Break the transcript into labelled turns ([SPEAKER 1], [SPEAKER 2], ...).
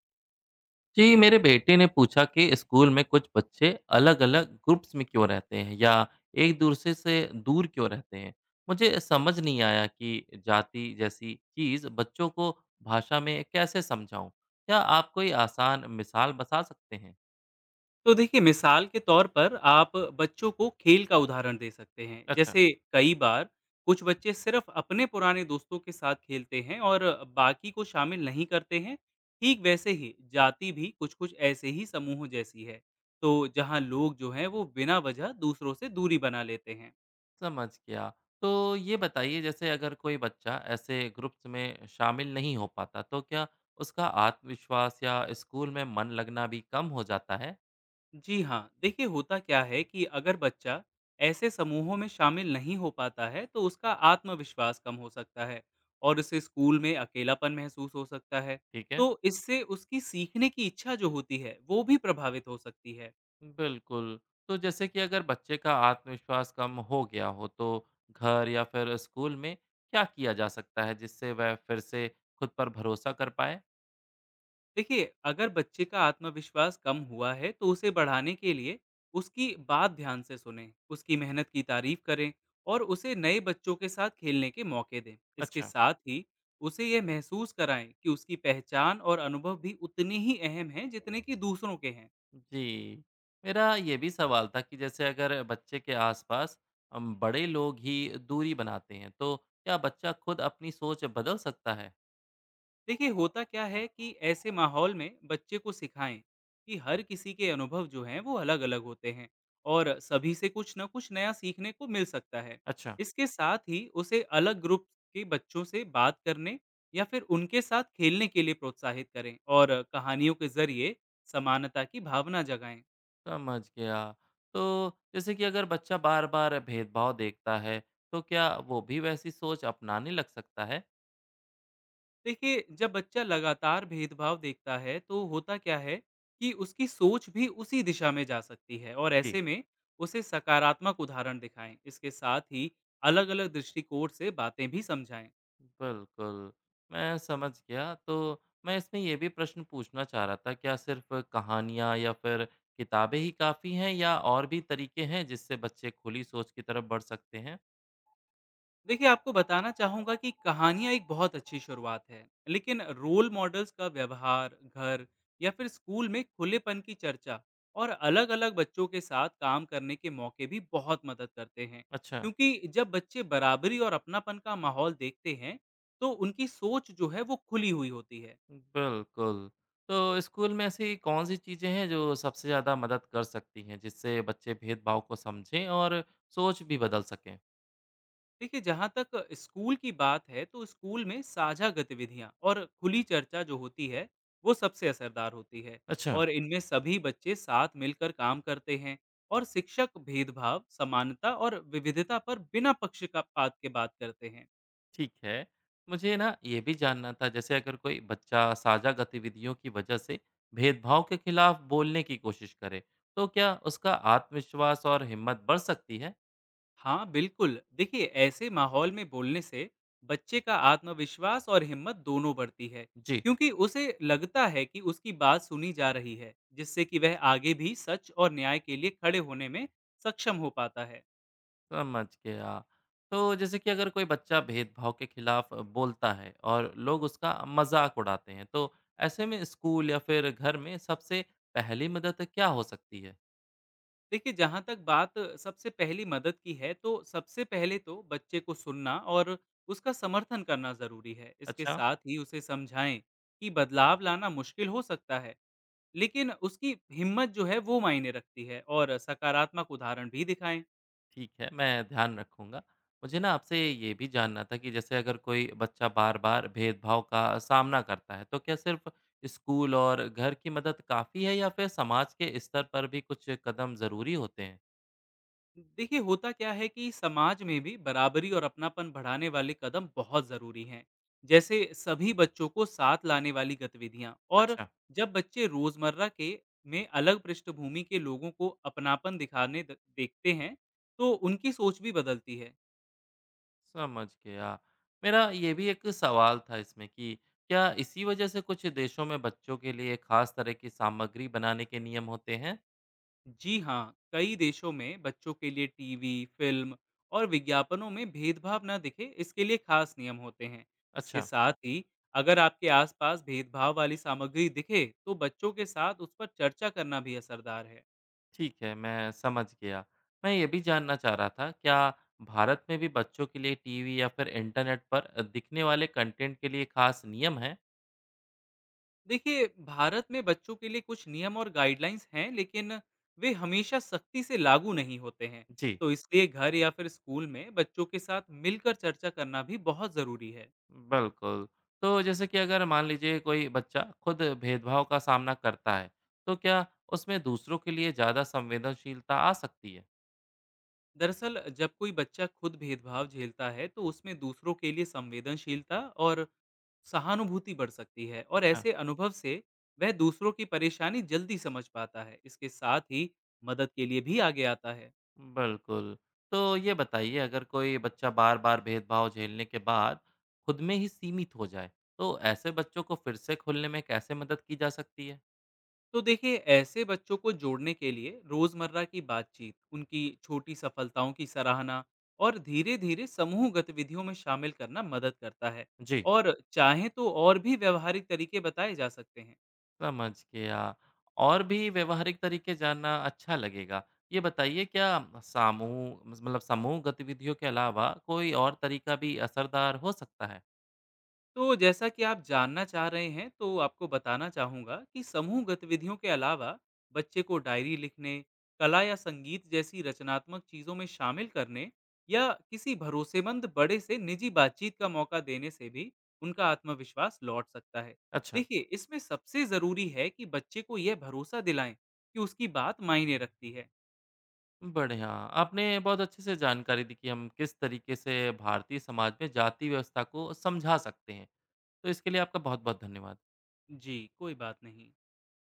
[SPEAKER 1] जी मेरे बेटे ने पूछा कि स्कूल में कुछ बच्चे अलग-अलग ग्रुप्स में क्यों रहते हैं या एक दूसरे से दूर क्यों रहते हैं। मुझे समझ नहीं आया कि जाति जैसी चीज बच्चों को भाषा में कैसे समझाऊं। क्या आप कोई आसान मिसाल बता सकते हैं?
[SPEAKER 2] तो देखिए, मिसाल के तौर पर आप बच्चों को खेल का उदाहरण दे सकते हैं।
[SPEAKER 1] अच्छा,
[SPEAKER 2] जैसे कई बार कुछ बच्चे सिर्फ अपने पुराने दोस्तों के साथ खेलते हैं और बाकी को शामिल नहीं करते हैं। ठीक वैसे ही जाति भी कुछ कुछ ऐसे ही समूह जैसी है। तो जहां लोग जो हैं वो बिना वजह दूसरों से दूरी बना लेते हैं।
[SPEAKER 1] समझ गया। तो ये बताइए, जैसे अगर कोई बच्चा ऐसे ग्रुप्स में शामिल नहीं हो पाता, तो क्या उसका आत्मविश्वास या स्कूल में मन लगना भी कम हो जाता है?
[SPEAKER 2] जी हाँ, देखिए, होता क्या है कि अगर बच्चा ऐसे समूहों में शामिल नहीं हो पाता है तो उसका आत्मविश्वास कम हो सकता है और उसे स्कूल में अकेलापन महसूस हो सकता है।
[SPEAKER 1] ठीक है।
[SPEAKER 2] तो इससे उसकी सीखने की इच्छा जो होती है वो भी प्रभावित हो सकती है।
[SPEAKER 1] बिल्कुल। तो जैसे कि अगर बच्चे का आत्मविश्वास कम हो गया हो, तो घर या फिर स्कूल में क्या किया जा सकता है जिससे वह फिर से खुद पर भरोसा कर पाए?
[SPEAKER 2] देखिए, अगर बच्चे का आत्मविश्वास कम हुआ है तो उसे बढ़ाने के लिए उसकी बात ध्यान से सुनें, उसकी मेहनत की तारीफ करें और उसे नए बच्चों के साथ खेलने के मौके दें। इसके
[SPEAKER 1] अच्छा।
[SPEAKER 2] साथ ही उसे यह महसूस कराएं कि उसकी पहचान और अनुभव भी उतने ही अहम हैं जितने कि दूसरों के हैं।
[SPEAKER 1] जी। मेरा ये भी सवाल था कि जैसे अगर बच्चे के आसपास बड़े लोग ही दूरी बनाते हैं, तो क्या बच्चा खुद अपनी सोच बदल सकता है?
[SPEAKER 2] देखिए, होता क्या है कि ऐसे माहौल में बच्चे को सिखाएं कि हर किसी के अनुभव जो हैं वो अलग अलग होते हैं और सभी से कुछ ना कुछ नया सीखने को मिल सकता है।
[SPEAKER 1] अच्छा,
[SPEAKER 2] इसके साथ ही उसे अलग ग्रुप के बच्चों से बात करने या फिर उनके साथ खेलने के लिए प्रोत्साहित करें और कहानियों के जरिए समानता की भावना जगाएं।
[SPEAKER 1] समझ गया। तो जैसे कि अगर बच्चा बार-बार भेदभाव देखता है, तो क्या वो भी वैसी सोच अपनाने लग सकता है?
[SPEAKER 2] देखिए, जब बच्चा लगातार भेदभाव देखता है तो होता क्या है कि उसकी सोच भी उसी दिशा में जा सकती है। और
[SPEAKER 1] जी।
[SPEAKER 2] ऐसे में उसे सकारात्मक उदाहरण दिखाएं। इसके साथ ही अलग अलग दृष्टिकोण से बातें भी समझाएं।
[SPEAKER 1] बिल्कुल, मैं समझ गया। तो मैं इसमें ये भी प्रश्न पूछना चाह रहा था, क्या सिर्फ़ कहानियाँ या फिर किताबें ही काफ़ी हैं, या और भी तरीके हैं जिससे बच्चे खुली सोच की तरफ बढ़ सकते हैं?
[SPEAKER 2] देखिए, आपको बताना चाहूँगा कि कहानियाँ एक बहुत अच्छी शुरुआत है, लेकिन रोल मॉडल्स का व्यवहार, घर या फिर स्कूल में खुलेपन की चर्चा और अलग-अलग बच्चों के साथ काम करने के मौके भी बहुत मदद करते हैं।
[SPEAKER 1] अच्छा,
[SPEAKER 2] क्योंकि जब बच्चे बराबरी और अपनापन का माहौल देखते हैं, तो उनकी सोच जो है वो खुली हुई होती है।
[SPEAKER 1] बिल्कुल। तो स्कूल में ऐसी कौन-सी चीज़ें हैं जो सबसे ज़्यादा मदद कर सकती हैं, जिससे बच्चे भेदभाव को समझें और सोच भी बदल सकें?
[SPEAKER 2] देखिए, जहाँ तक स्कूल की बात है तो स्कूल में साझा गतिविधियाँ और खुली चर्चा जो होती है वो सबसे असरदार होती है।
[SPEAKER 1] अच्छा।
[SPEAKER 2] और इनमें सभी बच्चे साथ मिलकर काम करते हैं और शिक्षक भेदभाव, समानता और विविधता पर बिना पक्षपात के बात करते हैं।
[SPEAKER 1] ठीक है। मुझे ना ये भी जानना था, जैसे अगर कोई बच्चा साझा गतिविधियों की वजह से भेदभाव के खिलाफ बोलने की कोशिश करे, तो क्या उसका आत्मविश्वास और हिम्मत बढ़ सकती है?
[SPEAKER 2] हाँ बिल्कुल, देखिए, ऐसे माहौल में बोलने से बच्चे का आत्मविश्वास और हिम्मत दोनों बढ़ती है।
[SPEAKER 1] जी,
[SPEAKER 2] क्योंकि उसे लगता है कि उसकी बात सुनी जा रही है, जिससे कि वह आगे भी सच और न्याय के लिए खड़े होने में सक्षम हो पाता है।
[SPEAKER 1] समझ गया। तो जैसे कि अगर कोई बच्चा भेदभाव के खिलाफ बोलता है और लोग उसका मज़ाक उड़ाते हैं, तो ऐसे में स्कूल या फिर घर में सबसे पहली मदद क्या हो सकती है?
[SPEAKER 2] देखिए, जहाँ तक बात सबसे पहली मदद की है तो सबसे पहले तो बच्चे को सुनना और उसका समर्थन करना ज़रूरी है। इसके
[SPEAKER 1] अच्छा।
[SPEAKER 2] साथ ही उसे समझाएं कि बदलाव लाना मुश्किल हो सकता है, लेकिन उसकी हिम्मत जो है वो मायने रखती है, और सकारात्मक उदाहरण भी दिखाएं।
[SPEAKER 1] ठीक है, मैं ध्यान रखूँगा। मुझे ना आपसे ये भी जानना था कि जैसे अगर कोई बच्चा बार-बार भेदभाव का सामना करता है, तो क्या सिर्फ़ स्कूल और घर की मदद काफ़ी है, या फिर समाज के स्तर पर भी कुछ कदम ज़रूरी होते हैं?
[SPEAKER 2] देखिए, होता क्या है कि समाज में भी बराबरी और अपनापन बढ़ाने वाले कदम बहुत ज़रूरी हैं। जैसे सभी बच्चों को साथ लाने वाली गतिविधियां, और
[SPEAKER 1] अच्छा,
[SPEAKER 2] जब बच्चे रोज़मर्रा के में अलग पृष्ठभूमि के लोगों को अपनापन दिखाने देखते हैं तो उनकी सोच भी बदलती है।
[SPEAKER 1] समझ गया। मेरा ये भी एक सवाल था इसमें कि क्या इसी वजह से कुछ देशों में बच्चों के लिए खास तरह की सामग्री बनाने के नियम होते हैं?
[SPEAKER 2] जी हाँ, कई देशों में बच्चों के लिए टीवी, फिल्म और विज्ञापनों में भेदभाव न दिखे, इसके लिए खास नियम होते हैं। इसके
[SPEAKER 1] अच्छा।
[SPEAKER 2] साथ ही अगर आपके आसपास भेदभाव वाली सामग्री दिखे तो बच्चों के साथ उस पर चर्चा करना भी असरदार है।
[SPEAKER 1] ठीक है, मैं समझ गया। मैं ये भी जानना चाह रहा था, क्या भारत में भी बच्चों के लिए टीवी या फिर इंटरनेट पर दिखने वाले कंटेंट के लिए खास नियम हैं?
[SPEAKER 2] देखिए, भारत में बच्चों के लिए कुछ नियम और गाइडलाइंस हैं, लेकिन वे हमेशा सख्ती से लागू नहीं होते हैं।
[SPEAKER 1] जी।
[SPEAKER 2] तो इसलिए घर या फिर स्कूल में बच्चों के साथ मिलकर चर्चा करना भी बहुत ज़रूरी है।
[SPEAKER 1] बिल्कुल। तो जैसे कि अगर मान लीजिए कोई बच्चा खुद भेदभाव का सामना करता है, तो क्या उसमें दूसरों के लिए ज़्यादा संवेदनशीलता आ सकती
[SPEAKER 2] दरअसल, जब कोई बच्चा खुद भेदभाव झेलता है तो उसमें दूसरों के लिए संवेदनशीलता और सहानुभूति बढ़ सकती है। और
[SPEAKER 1] है?
[SPEAKER 2] ऐसे अनुभव से वह दूसरों की परेशानी जल्दी समझ पाता है। इसके साथ ही मदद के लिए भी आगे आता है।
[SPEAKER 1] बिल्कुल। तो ये बताइए, अगर कोई बच्चा बार-बार भेदभाव झेलने के बाद खुद में ही सीमित हो जाए, तो ऐसे बच्चों को फिर से खुलने में कैसे मदद की जा सकती है?
[SPEAKER 2] तो देखिए, ऐसे बच्चों को जोड़ने के लिए रोजमर्रा की बातचीत, उनकी छोटी सफलताओं की सराहना और धीरे धीरे समूह गतिविधियों में शामिल करना मदद करता है।
[SPEAKER 1] जी।
[SPEAKER 2] और चाहे तो और भी व्यवहारिक तरीके बताए जा सकते हैं।
[SPEAKER 1] समझ गया। और भी व्यवहारिक तरीके जानना अच्छा लगेगा। ये बताइए, क्या समूह मतलब समूह गतिविधियों के अलावा कोई और तरीका भी असरदार हो सकता है?
[SPEAKER 2] तो जैसा कि आप जानना चाह रहे हैं, तो आपको बताना चाहूँगा कि समूह गतिविधियों के अलावा बच्चे को डायरी लिखने, कला या संगीत जैसी रचनात्मक चीज़ों में शामिल करने या किसी भरोसेमंद बड़े से निजी बातचीत का मौका देने से भी उनका आत्मविश्वास लौट सकता है।
[SPEAKER 1] अच्छा।
[SPEAKER 2] देखिए, इसमें सबसे ज़रूरी है कि बच्चे को यह भरोसा दिलाएं कि उसकी बात मायने रखती है।
[SPEAKER 1] बढ़िया। आपने बहुत अच्छे से जानकारी दी कि हम किस तरीके से भारतीय समाज में जाति व्यवस्था को समझा सकते हैं। तो इसके लिए आपका बहुत-बहुत धन्यवाद।
[SPEAKER 2] जी, कोई बात नहीं।